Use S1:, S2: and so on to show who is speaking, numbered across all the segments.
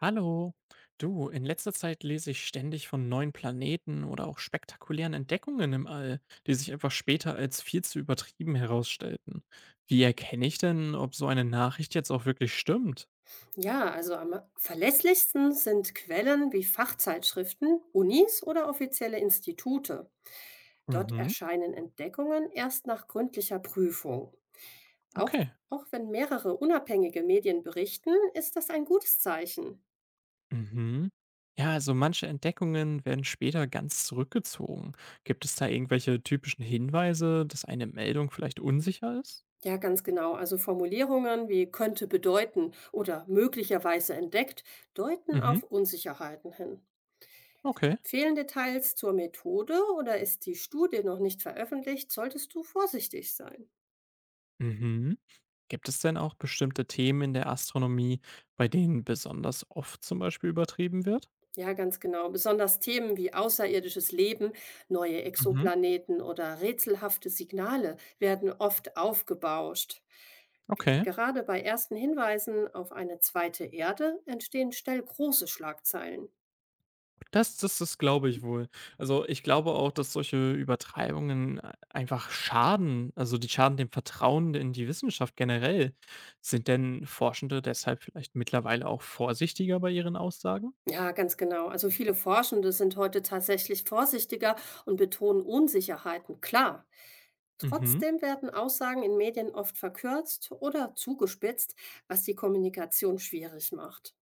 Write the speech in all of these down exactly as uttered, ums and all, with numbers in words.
S1: Hallo. Du, in letzter Zeit lese ich ständig von neuen Planeten oder auch spektakulären Entdeckungen im All, die sich einfach später als viel zu übertrieben herausstellten. Wie erkenne ich denn, ob so eine Nachricht jetzt auch wirklich stimmt?
S2: Ja, also am verlässlichsten sind Quellen wie Fachzeitschriften, Unis oder offizielle Institute. Dort
S1: Mhm.
S2: erscheinen Entdeckungen erst nach gründlicher Prüfung. Auch,
S1: Okay.
S2: auch wenn mehrere unabhängige Medien berichten, ist das ein gutes Zeichen.
S1: Mhm. Ja, also manche Entdeckungen werden später ganz zurückgezogen. Gibt es da irgendwelche typischen Hinweise, dass eine Meldung vielleicht unsicher ist?
S2: Ja, ganz genau. Also Formulierungen wie könnte bedeuten oder möglicherweise entdeckt deuten
S1: Mhm.
S2: auf Unsicherheiten hin.
S1: Okay.
S2: Fehlen Details zur Methode oder ist die Studie noch nicht veröffentlicht, solltest du vorsichtig sein.
S1: Mhm. Gibt es denn auch bestimmte Themen in der Astronomie, bei denen besonders oft zum Beispiel übertrieben wird?
S2: Ja, ganz genau. Besonders Themen wie außerirdisches Leben, neue
S1: Mhm.
S2: Exoplaneten oder rätselhafte Signale werden oft aufgebauscht.
S1: Okay,
S2: Gerade bei ersten Hinweisen auf eine zweite Erde entstehen schnell große Schlagzeilen.
S1: das das das glaube ich wohl. Also, ich glaube auch, dass solche Übertreibungen ei einfach schaden, also die schaden dem Vertrauen in die Wissenschaft generell. Sind denn Forschende deshalb vielleicht mittlerweile auch vorsichtiger bei ihren Aussagen?
S2: Ja, ganz genau. Also viele Forschende sind heute tatsächlich vorsichtiger und betonen Unsicherheiten, klar.
S1: Mhm.
S2: Trotzdem werden Aussagen in Medien oft verkürzt oder zugespitzt, was die Kommunikation schwierig macht.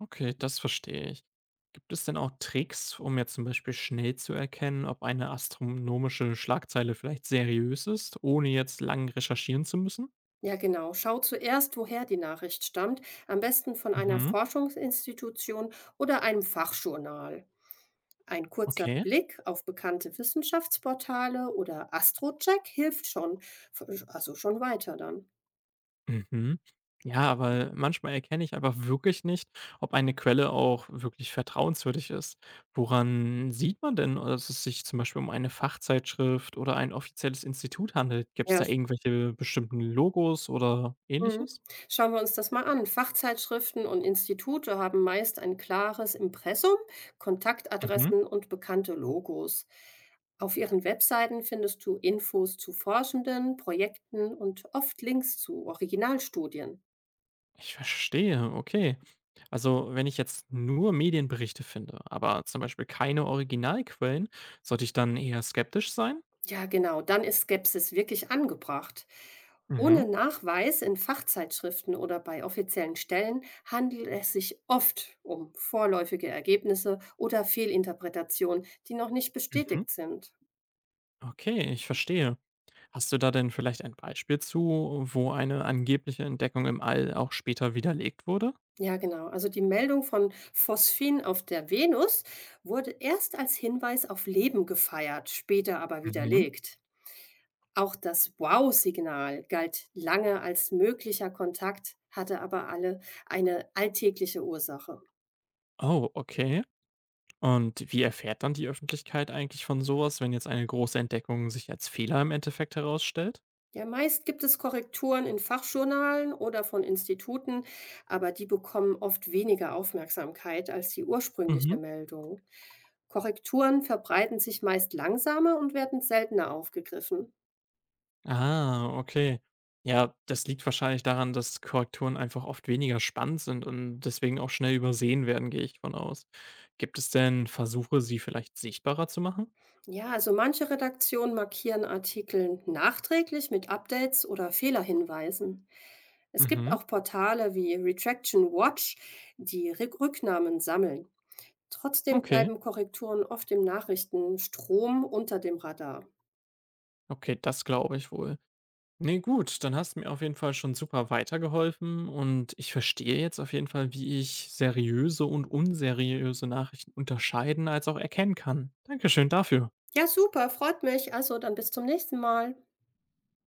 S1: Okay, das verstehe ich. Gibt es denn auch Tricks, um jetzt zum Beispiel schnell zu erkennen, ob eine astronomische Schlagzeile vielleicht seriös ist, ohne jetzt lang recherchieren zu müssen?
S2: Ja, genau. Schau zuerst, woher die Nachricht stammt, am besten von einer
S1: Mhm.
S2: Forschungsinstitution oder einem Fachjournal. Ein kurzer
S1: Okay.
S2: Blick auf bekannte Wissenschaftsportale oder Astrocheck hilft schon, also schon weiter dann.
S1: Mhm. Ja, aber manchmal erkenne ich aber wirklich nicht, ob eine Quelle auch wirklich vertrauenswürdig ist. Woran sieht man denn, dass es sich zum Beispiel um eine Fachzeitschrift oder ein offizielles Institut handelt? Gibt es
S2: Ja.
S1: da irgendwelche bestimmten Logos oder
S2: Mhm.
S1: ähnliches?
S2: Schauen wir uns das mal an. Fachzeitschriften und Institute haben meist ein klares Impressum, Kontaktadressen und bekannte Logos. Auf ihren Webseiten findest du Infos zu Forschenden, Projekten und oft Links zu Originalstudien.
S1: Ich verstehe, okay. Also, wenn ich jetzt nur Medienberichte finde, aber zum Beispiel keine Originalquellen, sollte ich dann eher skeptisch sein?
S2: Ja, genau, dann ist Skepsis wirklich angebracht.
S1: Mhm.
S2: Ohne Nachweis in Fachzeitschriften oder bei offiziellen Stellen handelt es sich oft um vorläufige Ergebnisse oder Fehlinterpretationen, die noch nicht
S1: Mhm.
S2: bestätigt sind.
S1: Okay, ich verstehe. Hast du da denn vielleicht ein Beispiel zu, wo eine angebliche Entdeckung im All auch später widerlegt wurde?
S2: Ja, genau. Also die Meldung von Phosphin auf der Venus wurde erst als Hinweis auf Leben gefeiert, später aber
S1: Mhm.
S2: widerlegt. Auch das Wow-Signal galt lange als möglicher Kontakt, hatte aber alle eine alltägliche Ursache.
S1: Oh, okay. Und wie erfährt dann die Öffentlichkeit eigentlich von sowas, wenn jetzt eine große Entdeckung sich als Fehler im Endeffekt herausstellt?
S2: Ja, meist gibt es Korrekturen in Fachjournalen oder von Instituten, aber die bekommen oft weniger Aufmerksamkeit als die ursprüngliche
S1: Mhm.
S2: Meldung. Korrekturen verbreiten sich meist langsamer und werden seltener aufgegriffen.
S1: Ah, okay. Ja, das liegt wahrscheinlich daran, dass Korrekturen einfach oft weniger spannend sind und deswegen auch schnell übersehen werden, gehe ich von aus. Gibt es denn Versuche, sie vielleicht sichtbarer zu machen?
S2: Ja, also manche Redaktionen markieren Artikel nachträglich mit Updates oder Fehlerhinweisen. Es gibt
S1: Mhm.
S2: auch Portale wie Retraction Watch, die Rück- Rücknahmen sammeln. Trotzdem
S1: Okay.
S2: bleiben Korrekturen oft im Nachrichtenstrom unter dem Radar.
S1: Okay, das glaube ich wohl. Nee, gut, dann hast du mir auf jeden Fall schon super weitergeholfen und ich verstehe jetzt auf jeden Fall, wie ich seriöse und unseriöse Nachrichten unterscheiden als auch erkennen kann. Dankeschön dafür.
S2: Ja, super, freut mich. Also dann bis zum nächsten Mal.